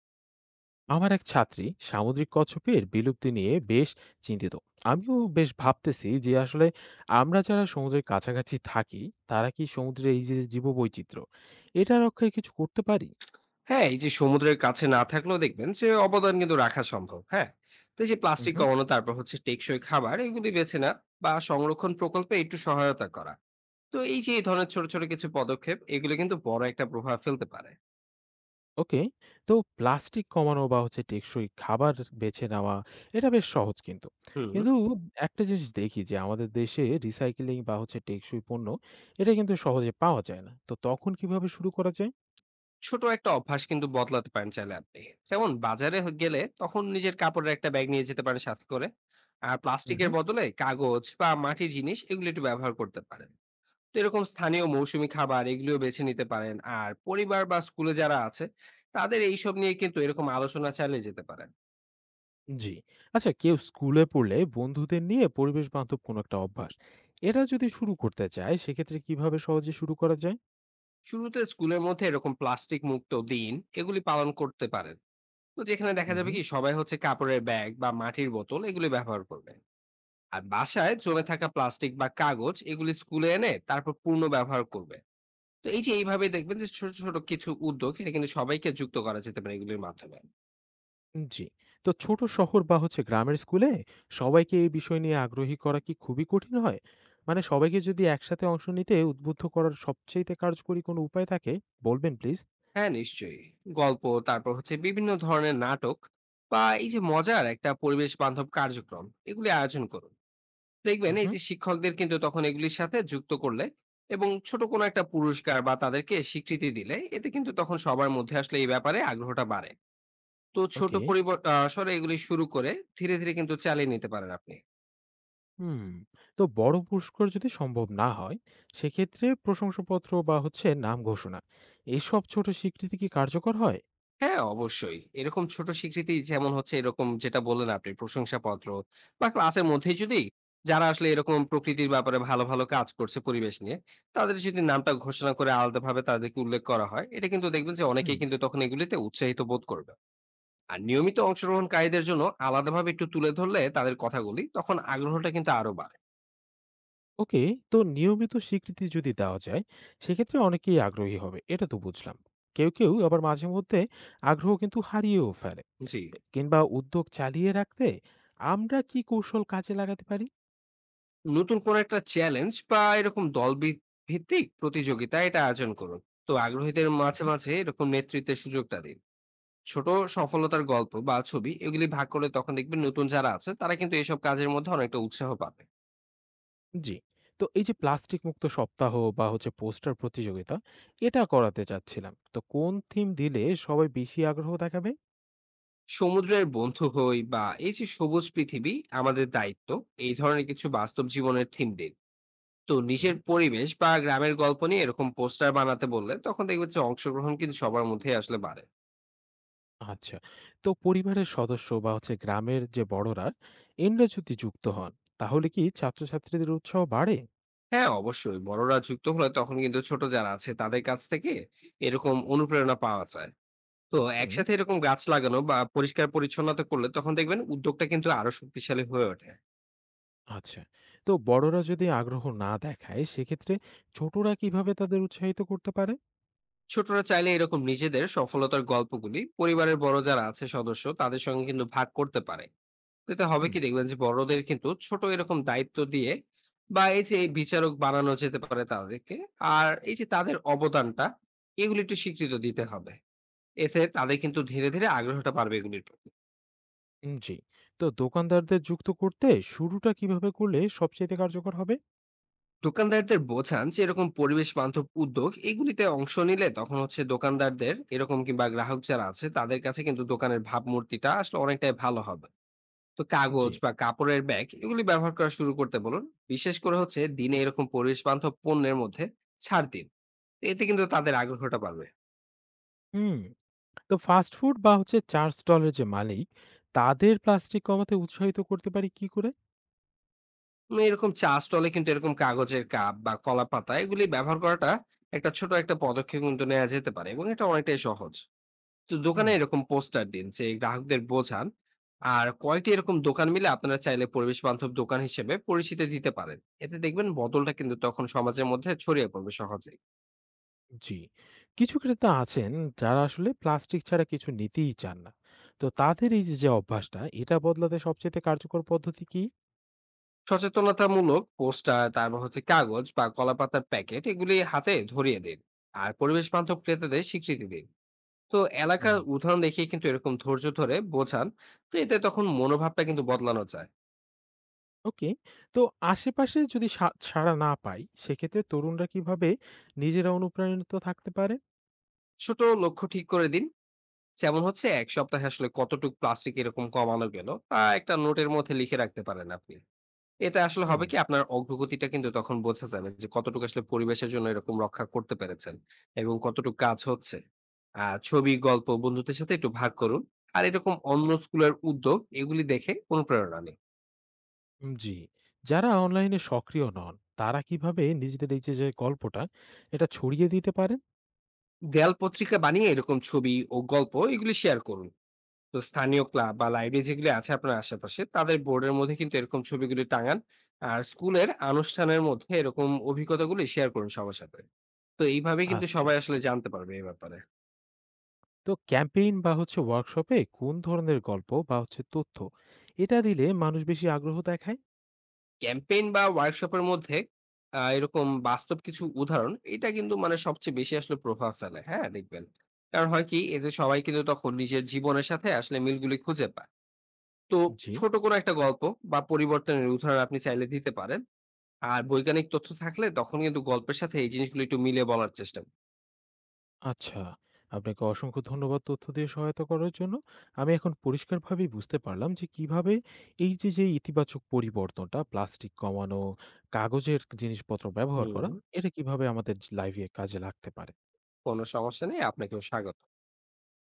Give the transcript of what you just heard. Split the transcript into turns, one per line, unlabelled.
আমার এক ছাত্রী সামুদ্রিক কচ্ছপের বিলুপ্তি নিয়ে বেশ চিন্তিত। আমিও বেশ ভাবতেছি যে আসলে আমরা যারা সমুদ্রের কাছাকাছি থাকি, তারা কি সমুদ্রের এই যে জীববৈচিত্র্য, এটা রক্ষায় কিছু করতে পারি?
হ্যাঁ, এই যে সমুদ্রের কাছে না থাকলেও দেখবেন যে অবদান কিন্তু রাখা সম্ভব। হ্যাঁ? তো এই যে প্লাস্টিক
হুম।
কমানো, তারপর হচ্ছে টেকসই খাবার এগুলি বেছে নেওয়া বা সংরক্ষণ প্রকল্পে একটু সহায়তা করা। তো এই যে এই ধরনের ছোট কিছু পদক্ষেপ এগুলো কিন্তু বড় একটা প্রভাব ফেলতে পারে।
ওকে। তো প্লাস্টিক কমানো বা টেকসই খাবার বেছে নেওয়া, এটা বেশ সহজ কিন্তু।
হুম।
কিন্তু একটা জিনিস দেখি যে আমাদের দেশে রিসাইকেলিং বা টেকসই পণ্য, এটা কিন্তু সহজে পাওয়া যায় না। তো তখন কিভাবে শুরু করা যায়?
ছোট একটা অভ্যাস কিন্তু বদলাতে পারেন চাইলে আপনি। যেমন বাজারে হ গেলে তখন নিজের কাপড়ের একটা ব্যাগ নিয়ে যেতে পারেন সাথে করে। আর প্লাস্টিকের
হুম।
বদলে কাগজ বা মাটির জিনিস এগুলো একটু ব্যবহার করতে পারেন। তো এরকম স্থানীয় মৌসুমী খাবার এগুলিও বেছে নিতে পারেন আর পরিবার বা স্কুলে যারা আছে তাদের এইসব নিয়ে কিন্তু এরকম আলোচনা চালিয়ে যেতে পারেন।
জি। আচ্ছা, কেউ স্কুলে পড়লে বন্ধুদের নিয়ে পরিবেশ বান্ধব কোনো একটা অভ্যাস, এটা যদি শুরু করতে চায় সেক্ষেত্রে কিভাবে সহজে শুরু করা যায়?
শুরুতে স্কুলের মধ্যে এরকম প্লাস্টিক মুক্ত দিন এগুলি পালন করতে পারেন। তো যেখানে দেখা
হুম,
যাবে
হুম।
কি সবাই হচ্ছে কাপড়ের ব্যাগ বা মাটির বোতল এগুলি ব্যবহার করবে। আর বাসায় জমে থাকা প্লাস্টিক বা কাগজ এগুলি স্কুলে এনে তারপর পূর্ণ ব্যবহার করবে। তো এই যে এইভাবে দেখবেন যে ছোট ছোট কিছু উদ্যোগ এটা কিন্তু সবাইকে যুক্ত করা যেতে পারে এগুলির মাধ্যমে।
জি। তো ছোট শহর বা গ্রামের স্কুলে সবাইকে এই বিষয় নিয়ে আগ্রহী করা কি খুবই কঠিন হয়? মানে সবাইকে যদি একসাথে অংশ নিতে উদ্বুদ্ধ করার সবচাইতে কার্যকরী কোনো উপায় থাকে, বলবেন প্লিজ?
হ্যাঁ নিশ্চয়ই। গল্প, তারপর হচ্ছে বিভিন্ন ধরনের নাটক বা এই যে মজার একটা পরিবেশ বান্ধব কার্যক্রম এগুলি আয়োজন করুন। দেখবেন
হুম,
এই
হুম।
যে শিক্ষকদের কিন্তু তখন এগুলির সাথে যুক্ত করলে এবং ছোট কোনো একটা পুরস্কার বা তাদেরকে স্বীকৃতি দিলে এতে কিন্তু তখন সবার মধ্যে আসলে এই ব্যাপারে আগ্রহটা বাড়ে। তো ছোট
ওকে।
পরিবর্তন এগুলি শুরু করে ধীরে ধীরে কিন্তু চালিয়ে নিতে পারেন আপনি।
হুম। তো বড় পুরস্কার যদি সম্ভব না হয়, সেক্ষেত্রে প্রশংসাপত্র বা নাম ঘোষণা, এসব ছোট স্বীকৃতি কি কার্যকর হয়?
হ্যাঁ, অবশ্যই। এরকম ছোট স্বীকৃতি যেমন হচ্ছে এরকম যেটা বললেন আপনি প্রশংসাপত্র বা ক্লাসের মধ্যেই যদি যারা আসলে এরকম প্রকৃতির ব্যাপারে ভালো কাজ করছে পরিবেশ নিয়ে, তাদের যদি নামটা ঘোষণা করে আলাদাভাবে তাদেরকে উল্লেখ করা হয়, এটা কিন্তু দেখবেন যে অনেকেই
হুম।
কিন্তু তখন এগুলিতে উৎসাহিত বোধ করবে। আর নিয়মিত অংশগ্রহণকারীদের জন্য আলাদাভাবে একটু তুলে ধরলে তাদের কথাগুলি, তখন আগ্রহটা কিন্তু আরো বাড়ে।
ওকে। তো নিয়মিত স্বীকৃতি যদি দেওয়া যায় সেক্ষেত্রে অনেকেই আগ্রহী হবে, এটা তো বুঝলাম। কেউ কেউ আবার মাঝে মধ্যে আগ্রহ কিন্তু হারিয়েও ফেলে,
জি।
কিংবা উদ্যোগ চালিয়ে রাখতে আমরা কি কৌশল কাজে লাগাতে পারি?
নতুন কোনো একটা চ্যালেঞ্জ বা এরকম দলবি ভিত্তিক প্রতিযোগিতা এটা আয়োজন করুন। তো আগ্রহীদের মাঝে,
হুম।
মাঝে এরকম নেতৃত্বের সুযোগটা দিন। ছোট সফলতার গল্প বা ছবি এগুলি ভাগ করে তখন দেখবেন নতুন যারা আছে তারা কিন্তু এসব কাজের মধ্যে অনেকটা উৎসাহ পাবে।
জি। তো এই যে প্লাস্টিক মুক্ত সপ্তাহ বা পোস্টার প্রতিযোগিতা, এটা করাতে চাচ্ছিলাম। তো কোন থিম দিলে সবাই বেশি আগ্রহ দেখাবে?
সমুদ্রের বন্ধু হই বা এই যে সবুজ পৃথিবী আমাদের দায়িত্ব, এই ধরনের কিছু বাস্তব জীবনের থিম দিন। তো নিজের পরিবেশ বা গ্রামের গল্প নিয়ে এরকম পোস্টার বানাতে বললে তখন দেখবেন যে অংশগ্রহণ কিন্তু সবার মধ্যে আসলে বাড়ে।
আচ্ছা। তো পরিবারের সদস্য বা গ্রামের যে বড়রা, এনরা যদি যুক্ত হন, তাহলে কি ছাত্রছাত্রীদের উৎসাহ বাড়ে?
হ্যাঁ অবশ্যই, বড়রা যুক্ত হলে তখন কিন্তু ছোট যারা আছে তাদের কাছ থেকে এরকম অনুপ্রেরণা পাওয়া যায়। তো
হুম।
একসাথে এরকম গাছ লাগানো বা পরিষ্কার পরিচ্ছন্নতা করলে তখন দেখবেন উদ্যোগটা কিন্তু আরো শক্তিশালী হয়ে ওঠে।
আচ্ছা। তো বড়রা যদি আগ্রহ না দেখায়, সেক্ষেত্রে ছোটরা কিভাবে তাদের উৎসাহিত করতে পারে?
ছোটরা চাইলে এরকম নিজেদের সফলতার গল্পগুলি পরিবারের বড় যারা আছে সদস্য তাদের সঙ্গে কিন্তু ভাগ করতে পারে। এতে হবে
হুম।
কি দেখবেন যে বড়দের কিন্তু ছোট এরকম দায়িত্ব দিয়ে বা এই যে বিচারক বানানো যেতে পারে তাদেরকে। আর এই যে তাদের অবদানটা এগুলি একটু স্বীকৃত দিতে হবে। এতে তাদের কিন্তু ধীরে ধীরে আগ্রহটা বাড়বে এগুলির প্রতি।
উম, জি। তো দোকানদারদের যুক্ত করতে শুরুটা কিভাবে করলে সবচাইতে কার্যকর হবে?
দোকানদারদের বোঝান যে এরকম পরিবেশ বান্ধব উদ্যোগ এগুলিতে অংশ নিলে তখন হচ্ছে দোকানদারদের এরকম কিংবা গ্রাহক যারা আছে তাদের কাছে কিন্তু দোকানের ভাবমূর্তিটা আসলে অনেকটাই ভালো হবে। তো
জি।
কাগজ বা কাপড়ের ব্যাগ এগুলি ব্যবহার করা শুরু করতে বলুন। বিশেষ করে হচ্ছে দিনে এরকম পরিবেশ বান্ধব পণ্যের মধ্যে ছাড় দিন। এতে কিন্তু তাদের আগ্রহটা বাড়বে।
হুম। তো ফাস্ট ফুড বা চা স্টলের যে মালিক, তাদের প্লাস্টিক কমাতে উৎসাহিত করতে পারি কি করে?
এরকম চা স্টলে কিন্তু এরকম কাগজের কাপ বা কলা পাতা এগুলি ব্যবহার করাটা একটা ছোট একটা পদক্ষেপ কিন্তু নেওয়া যেতে পারে এবং এটা অনেকটাই সহজ। তো দোকানে
হুম।
এরকম পোস্টার দিন, যে গ্রাহকদের বোঝান। আর কয়েকটি এরকম দোকান মিলে আপনারা চাইলে পরিবেশ বান্ধব দোকান হিসেবে পরিচিতি দিতে পারেন। এতে দেখবেন বদলটা কিন্তু তখন সমাজের মধ্যে ছড়িয়ে পড়বে সহজেই।
জি। কিছু ক্রেতা আছেন যারা আসলে প্লাস্টিক ছাড়া কিছু নিতেই চান না। তো তাদের এই যে, যে অভ্যাসটা, এটা বদলাতে সবচাইতে কার্যকর পদ্ধতি কি?
সচেতনতামূলক পোস্টার, তারপর হচ্ছে কাগজ বা কলাপাতার প্যাকেট এগুলি হাতে ধরিয়ে দিন। আর পরিবেশ বান্ধব ক্রেতাদের স্বীকৃতি দিন। তো এলাকার
হুম।
উদাহরণ দেখিয়ে কিন্তু এরকম ধৈর্য ধরে বোঝান। তো এতে তখন মনোভাবটা কিন্তু বদলানো যায়।
ওকে। তো আশেপাশে যদি সাড়া না পাই সেক্ষেত্রে তরুণরা কিভাবে নিজেরা অনুপ্রাণিত থাকতে পারে?
ছোট লক্ষ্য ঠিক করে দিন। যেমন হচ্ছে এক সপ্তাহে আসলে কতটুকু প্লাস্টিক এরকম কমানো গেল তা একটা নোটের মধ্যে লিখে রাখতে পারেন আপনি। এতে আসলে
হুম।
হবে কি আপনার অগ্রগতিটা কিন্তু তখন বোঝা যাবে যে কতটুকু আসলে পরিবেশের জন্য এরকম রক্ষা করতে পেরেছেন এবং কতটুকু কাজ হচ্ছে। আর ছবি গল্প বন্ধুদের সাথে একটু ভাগ করুন। আর এরকম অন্য স্কুলের উদ্যোগ এগুলি দেখে অনুপ্রেরণা নিন।
উম, জি। যারা অনলাইনে সক্রিয় নন তারা কিভাবে নিজেদের এই যে, যে গল্পটা, এটা ছড়িয়ে দিতে পারেন?
দেয়াল পত্রিকা বানিয়ে এরকম ছবি ও গল্প এগুলি শেয়ার করুন। তো স্থানীয় ক্লাব বা লাইব্রেরি যেগুলি আছে আপনার আশেপাশে তাদের বোর্ডের মধ্যে কিন্তু এরকম ছবিগুলি টাঙান। আর স্কুলের আনুষ্ঠানের মধ্যে এরকম অভিজ্ঞতাগুলি শেয়ার করুন সবার সাথে। তো এইভাবে কিন্তু
আচ্ছা।
সবাই আসলে জানতে পারবে এই ব্যাপারে।
তো ক্যাম্পেইন বা ওয়ার্কশপে কোন ধরনের গল্প বা তথ্য, এটা দিলে মানুষ বেশি আগ্রহ দেখায়?
ক্যাম্পেইন বা ওয়ার্কশপের মধ্যে এরকম বাস্তব কিছু উদাহরণ এটা কিন্তু মানে সবচেয়ে বেশি আসলে প্রভাব ফেলে, হ্যাঁ দেখবেন। কারণ হয় কি এতে সবাই কিন্তু তখন নিজের জীবনের সাথে আসলে মিলগুলি খুঁজে পায়। তো
জি।
ছোট কোনো একটা গল্প বা পরিবর্তনের উদাহরণ আপনি চাইলে দিতে পারেন। আর বৈজ্ঞানিক তথ্য থাকলে তখন কিন্তু গল্পের সাথে এই জিনিসগুলো একটু মিলিয়ে বলার চেষ্টা করি।
আচ্ছা, আপনাকে অসংখ্য ধন্যবাদ তথ্য দিয়ে সহায়তা করার জন্য। আমি এখন পরিষ্কারভাবেই বুঝতে পারলাম যে কিভাবে এই যে যে ইতিবাচক পরিবর্তনটা, প্লাস্টিক কমানো, কাগজের জিনিসপত্র ব্যবহার করা,
হুম।
এটা কিভাবে আমাদের লাইফে কাজে লাগতে পারে।
কোনো সমস্যা নেই। আপনাকেও স্বাগত।